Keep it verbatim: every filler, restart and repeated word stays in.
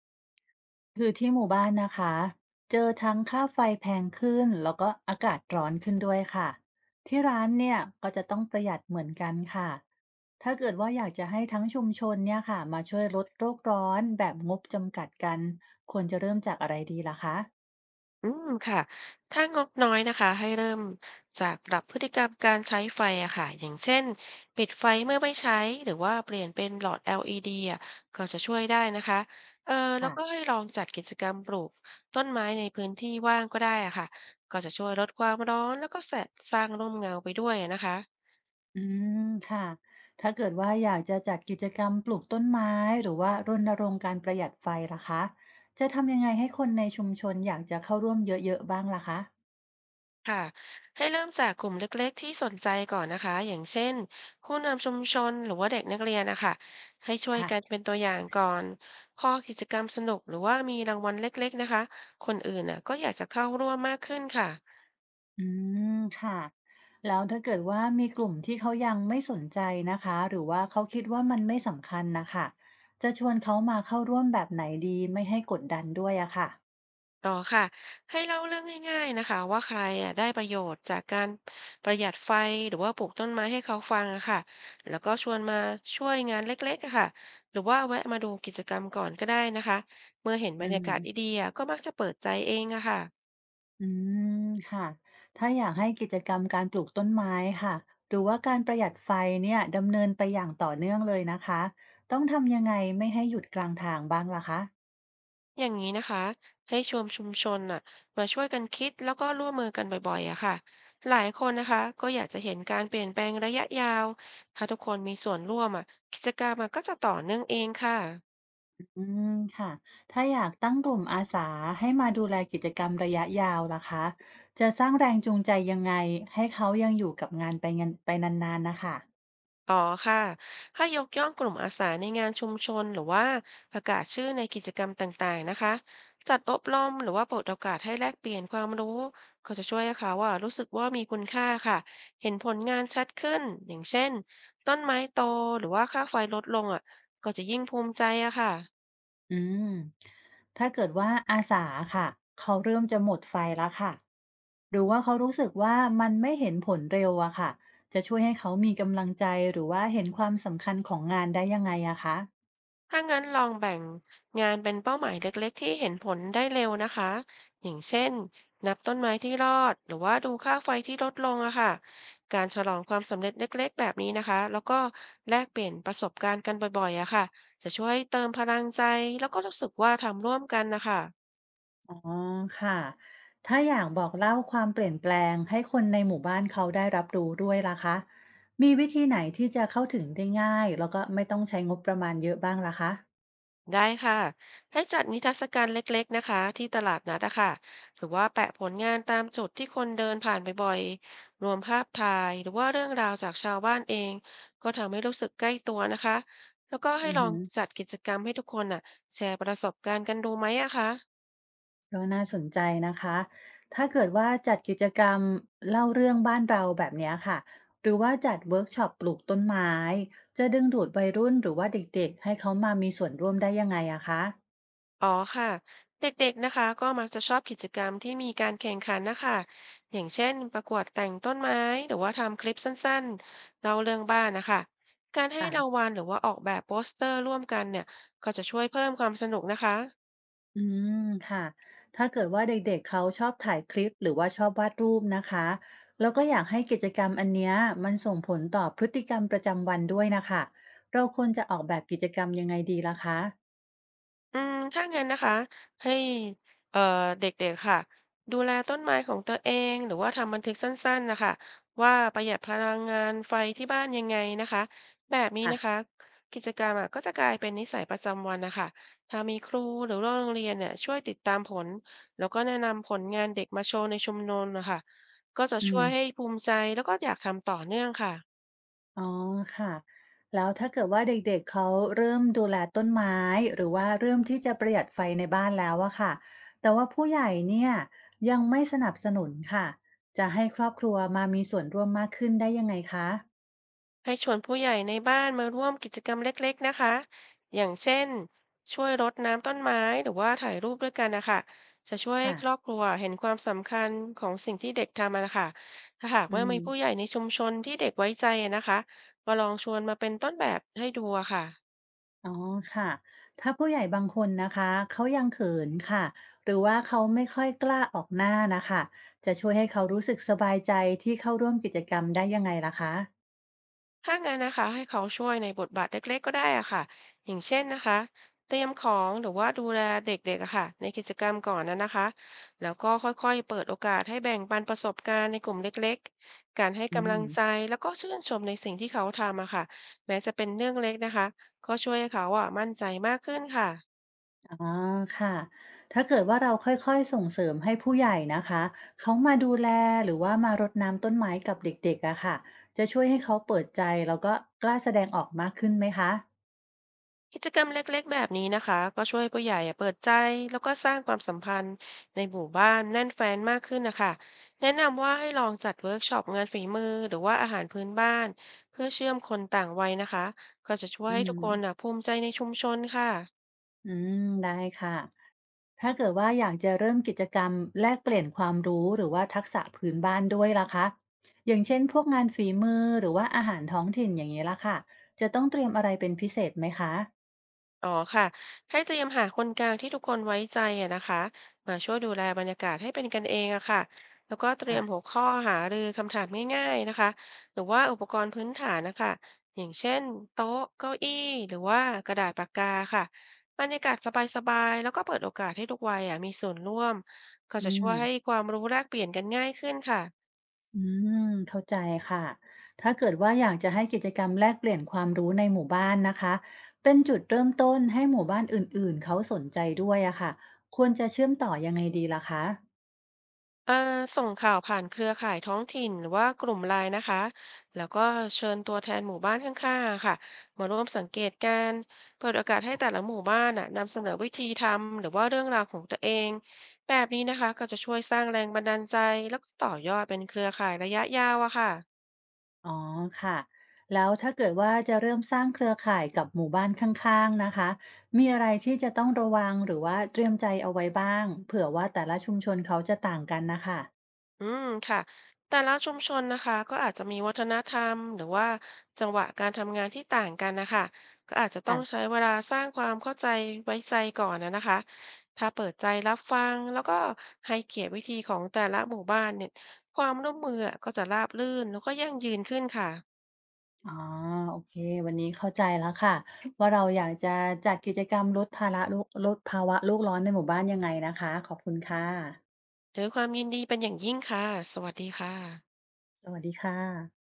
คือที่หมู่บ้านนะคะเจอทั้งค่าไฟแพงขึ้นแล้วก็อากาศร้อนขึ้นด้วยค่ะที่ร้านเนี่ยก็จะต้องประหยัดเหมือนกันค่ะถ้าเกิดว่าอยากจะให้ทั้งชุมชนเนี่ยค่ะมาช่วยลดโลกร้อนแบบงบจำกัดกันควรจะเริ่มจากอะไรดีล่ะคะอืมค่ะถ้างบน้อยนะคะให้เริ่มจากปรับพฤติกรรมการใช้ไฟอะค่ะอย่างเช่นปิดไฟเมื่อไม่ใช้หรือว่าเปลี่ยนเป็นหลอด แอล อี ดี อลอีดีอะก็จะช่วยได้นะคะเออแล้วค่ะก็ให้ลองจัดกิจกรรมปลูกต้นไม้ในพื้นที่ว่างก็ได้อะค่ะก็จะช่วยลดความร้อนแล้วก็แสะสร้างร่มเงาไปด้วยอะนะคะ อืมค่ะถ้าเกิดว่าอยากจะจัดกิจกรรมปลูกต้นไม้หรือว่ารณรงค์การประหยัดไฟล่ะคะจะทำยังไงให้คนในชุมชนอยากจะเข้าร่วมเยอะๆบ้างล่ะคะค่ะให้เริ่มจากกลุ่มเล็กๆที่สนใจก่อนนะคะอย่างเช่นผู้นำชุมชนหรือว่าเด็กนักเรียนนะคะให้ช่วยกันค่ะ เป็นตัวอย่างก่อนพอกิจกรรมสนุกหรือว่ามีรางวัลเล็กๆนะคะคนอื่นน่ะก็อยากจะเข้าร่วมมากขึ้นค่ะ อืมค่ะแล้วถ้าเกิดว่ามีกลุ่มที่เขายังไม่สนใจนะคะหรือว่าเขาคิดว่ามันไม่สำคัญนะคะจะชวนเขามาเข้าร่วมแบบไหนดีไม่ให้กดดันด้วยอะค่ะอ๋อค่ะให้เล่าเรื่องง่ายๆนะคะว่าใครอ่ะได้ประโยชน์จากการประหยัดไฟหรือว่าปลูกต้นไม้ให้เขาฟังอะค่ะแล้วก็ชวนมาช่วยงานเล็กๆอะค่ะหรือว่าแวะมาดูกิจกรรมก่อนก็ได้นะคะเมื่อเห็นบอืรรยากาศมดีๆอะก็มักจะเปิดใจเองอะค่ะอืมค่ะถ้าอยากให้กิจกรรมการปลูกต้นไม้ค่ะหรือว่าการประหยัดไฟเนี่ยดำเนินไปอย่างต่อเนื่องเลยนะคะต้องทำยังไงไม่ให้หยุดกลางทางบ้างล่ะคะ อย่างนี้นะคะให้ชวนชุมชนอ่ะมาช่วยกันคิดแล้วก็ร่วมมือกันบ่อยๆอะค่ะหลายคนนะคะก็อยากจะเห็นการเปลี่ยนแปลงระยะยาวถ้าทุกคนมีส่วนร่วมอ่ะกิจกรรมอะก็จะต่อเนื่องเองค่ะ อืมค่ะถ้าอยากตั้งกลุ่มอาสาให้มาดูแลกิจกรรมระยะยาวล่ะคะจะสร้างแรงจูงใจยังไงให้เขายังอยู่กับงานไปงานไปนานๆนะคะอ๋อค่ะถ้ายกย่องกลุ่มอาสาในงานชุมชนหรือว่าประกาศชื่อในกิจกรรมต่างๆนะคะ จัดอบรมหรือว่าเปิดโอกาสให้แลกเปลี่ยนความรู้ก็จะช่วยให้เขาว่ารู้สึกว่ามีคุณค่าค่ะ เห็นผลงานชัดขึ้นอย่างเช่นต้นไม้โตหรือว่าค่าไฟลดลงอ่ะก็จะยิ่งภูมิใจอะค่ะ อืมถ้าเกิดว่าอาสาค่ะเขาเริ่มจะหมดไฟแล้วค่ะหรือว่าเขารู้สึกว่ามันไม่เห็นผลเร็วอะค่ะจะช่วยให้เขามีกำลังใจหรือว่าเห็นความสำคัญของงานได้ยังไงอะคะ ถ้างั้นลองแบ่งงานเป็นเป้าหมายเล็กๆที่เห็นผลได้เร็วนะคะอย่างเช่นนับต้นไม้ที่รอดหรือว่าดูค่าไฟที่ลดลงอะค่ะการฉลองความสำเร็จเล็กๆแบบนี้นะคะแล้วก็แลกเปลี่ยนประสบการณ์กันบ่อยๆอะค่ะจะช่วยเติมพลังใจแล้วก็รู้สึกว่าทำร่วมกันนะคะ อ๋อค่ะถ้าอยากบอกเล่าความเปลี่ยนแปลงให้คนในหมู่บ้านเขาได้รับรู้ด้วยล่ะคะมีวิธีไหนที่จะเข้าถึงได้ง่ายแล้วก็ไม่ต้องใช้งบประมาณเยอะบ้างล่ะคะได้ค่ะให้จัดนิทรรศการเล็กๆนะคะที่ตลาดนัดอะค่ะหรือว่าแปะผลงานตามจุดที่คนเดินผ่านบ่อยๆรวมภาพถ่ายหรือว่าเรื่องราวจากชาวบ้านเองก็ทำให้รู้สึกใกล้ตัวนะคะแล้วก็ให้อือลอหืงอจัดกิจกรรมให้ทุกคนน่ะแชร์ประสบการณ์กันดูไหมอะคะ ก็น่าสนใจนะคะถ้าเกิดว่าจัดกิจกรรมเล่าเรื่องบ้านเราแบบเนี้ยค่ะหรือว่าจัดเวิร์กช็อปปลูกต้นไม้จะดึงดูดวัยรุ่นหรือว่าเด็กๆให้เขามามีส่วนร่วมได้ยังไงอะคะอ๋อค่ะเด็กๆนะคะก็มักจะชอบกิจกรรมที่มีการแข่งขันนะคะอย่างเช่นประกวดแต่งต้นไม้หรือว่าทำคลิปสั้นๆเล่าเรื่องบ้านนะคะการให้รางค่ะ วัลหรือว่าออกแบบโปสเตอร์ร่วมกันเนี่ยก็จะช่วยเพิ่มความสนุกนะคะ อืมค่ะถ้าเกิดว่าเด็กๆเขาชอบถ่ายคลิปหรือว่าชอบวาดรูปนะคะแล้วก็อยากให้กิจกรรมอันเนี้ยมันส่งผลต่อพฤติกรรมประจำวันด้วยนะคะเราควรจะออกแบบกิจกรรมยังไงดีล่ะคะอืมถ้างั้นนะคะให้เอ่อเด็กๆค่ะดูแลต้นไม้ของตัวเองหรือว่าทำบันทึกสั้นๆนะคะว่าประหยัดพลังงานไฟที่บ้านยังไงนะคะแบบนี้นะค่ะคะกิจกรรมอะก็จะกลายเป็นนิสัยประจำวันนะคะถ้ามีครูหรือว่าโรงเรียนเนี่ยช่วยติดตามผลแล้วก็แนะนำผลงานเด็กมาโชว์ในชุมนุมนะคะก็จะอืช่วมยให้ภูมิใจแล้วก็อยากทำต่อเนื่องค่ะ อ๋อค่ะแล้วถ้าเกิดว่าเด็กๆเขาเริ่มดูแลต้นไม้หรือว่าเริ่มที่จะประหยัดไฟในบ้านแล้วอะค่ะแต่ว่าผู้ใหญ่เนี่ยยังไม่สนับสนุนค่ะจะให้ครอบครัวมามีส่วนร่วมมากขึ้นได้ยังไงคะให้ชวนผู้ใหญ่ในบ้านมาร่วมกิจกรรมเล็กๆนะคะ อย่างเช่นช่วยรดน้ำต้นไม้หรือว่าถ่ายรูปด้วยกันนะคะ จะช่วยให้ค่ะครอบครัวเห็นความสำคัญของสิ่งที่เด็กทำอะนะคะถ้าหากอืว่าม มีผู้ใหญ่ในชุมชนที่เด็กไว้ใจอะนะคะมาลองชวนมาเป็นต้นแบบให้ดูอะค่ะ อ๋อค่ะถ้าผู้ใหญ่บางคนนะคะเขายังเขินค่ะ หรือว่าเขาไม่ค่อยกล้าออกหน้านะคะจะช่วยให้เขารู้สึกสบายใจที่เข้าร่วมกิจกรรมได้ยังไงล่ะคะถ้างั้นนะคะให้เขาช่วยในบทบาทเล็กๆก็ได้อะค่ะอย่างเช่นนะคะเตรียมของหรือว่าดูแลเด็กๆอะค่ะในกิจกรรมก่อนนะนะคะแล้วก็ค่อยๆเปิดโอกาสให้แบ่งปันประสบการณ์ในกลุ่มเล็กๆการให้อืกำลังใจมแล้วก็ชื่นชมในสิ่งที่เขาทำอะค่ะแม้จะเป็นเรื่องเล็กนะคะก็ช่วยให้เขาอะมั่นใจมากขึ้นค่ะ อ๋อค่ะถ้าเกิดว่าเราค่อยๆส่งเสริมให้ผู้ใหญ่นะคะเขามาดูแลหรือว่ามารดน้ำต้นไม้กับเด็กๆอะค่ะจะช่วยให้เขาเปิดใจแล้วก็กล้าแสดงออกมากขึ้นไหมคะกิจกรรมเล็กๆแบบนี้นะคะก็ช่วยผู้ใหญ่อะเปิดใจแล้วก็สร้างความสัมพันธ์ในหมู่บ้านแน่นแฟนมากขึ้นนะคะแนะนำว่าให้ลองจัดเวิร์กช็อปงานฝีมือหรือว่าอาหารพื้นบ้านเพื่อเชื่อมคนต่างวัยนะคะก็จะช่วยอืให้มทุกคนอะภูมิใจในชุมชนค่ะ อืมได้ค่ะ ถ้าเกิดว่าอยากจะเริ่มกิจกรรมแลกเปลี่ยนความรู้หรือว่าทักษะพื้นบ้านด้วยล่ะคะอย่างเช่นพวกงานฝีมือหรือว่าอาหารท้องถิ่นอย่างนี้ล่ะค่ะจะต้องเตรียมอะไรเป็นพิเศษไหมคะอ๋อค่ะให้เตรียมหาคนกลางที่ทุกคนไว้ใจอะนะคะมาช่วยดูแลบรรยากาศให้เป็นกันเองอะค่ะแล้วก็เตรียอ่ะมหัวข้อหารือคำถามง่ายๆนะคะหรือว่าอุปกรณ์พื้นฐานนะคะอย่างเช่นโต๊ะเก้าอี้หรือว่ากระดาษปากกาค่ะบรรยากาศสบายๆแล้วก็เปิดโอกาสให้ทุกวัยอะมีส่วนร่วมก็อืจะช่มวยให้ความรู้แลกเปลี่ยนกันง่ายขึ้นค่ะ อืมเข้าใจค่ะถ้าเกิดว่าอยากจะให้กิจกรรมแลกเปลี่ยนความรู้ในหมู่บ้านนะคะเป็นจุดเริ่มต้นให้หมู่บ้านอื่นๆเขาสนใจด้วยอะค่ะควรจะเชื่อมต่อยังไงดีล่ะคะ เอ่อส่งข่าวผ่านเครือข่ายท้องถิ่นหรือว่ากลุ่มไลน์นะคะแล้วก็เชิญตัวแทนหมู่บ้านข้างๆอะค่ะมาร่วมสังเกตการณ์เปิดโอกาสให้แต่ละหมู่บ้านน่ะนำเสนอวิธีทำหรือว่าเรื่องราวของตัวเองแบบนี้นะคะก็จะช่วยสร้างแรงบันดาลใจแล้วก็ต่อยอดเป็นเครือข่ายระยะยาวอะค่ะ อ๋อค่ะแล้วถ้าเกิดว่าจะเริ่มสร้างเครือข่ายกับหมู่บ้านข้างๆนะคะมีอะไรที่จะต้องระวังหรือว่าเตรียมใจเอาไว้บ้างเผื่อว่าแต่ละชุมชนเขาจะต่างกันนะคะอืมค่ะแต่ละชุมชนนะคะก็อาจจะมีวัฒนธรรมหรือว่าจังหวะการทำงานที่ต่างกันนะคะก็อาจจะต้องใช้ค่ะเวลาสร้างความเข้าใจไว้ใจก่อนนะนะคะถ้าเปิดใจรับฟังแล้วก็ให้เกียรติวิธีของแต่ละหมู่บ้านเนี่ยความร่วมมืออก็จะราบรื่นแล้วก็ยั่งยืนขึ้นค่ะอ๋อโอเควันนี้เข้าใจแล้วค่ะว่าเราอยากจะจัดกิจกรรมลดภาระลูกลดภาวะโลกร้อนในหมู่บ้านยังไงนะคะขอบคุณค่ะด้วยความยินดีเป็นอย่างยิ่งค่ะสวัสดีค่ะสวัสดีค่ะ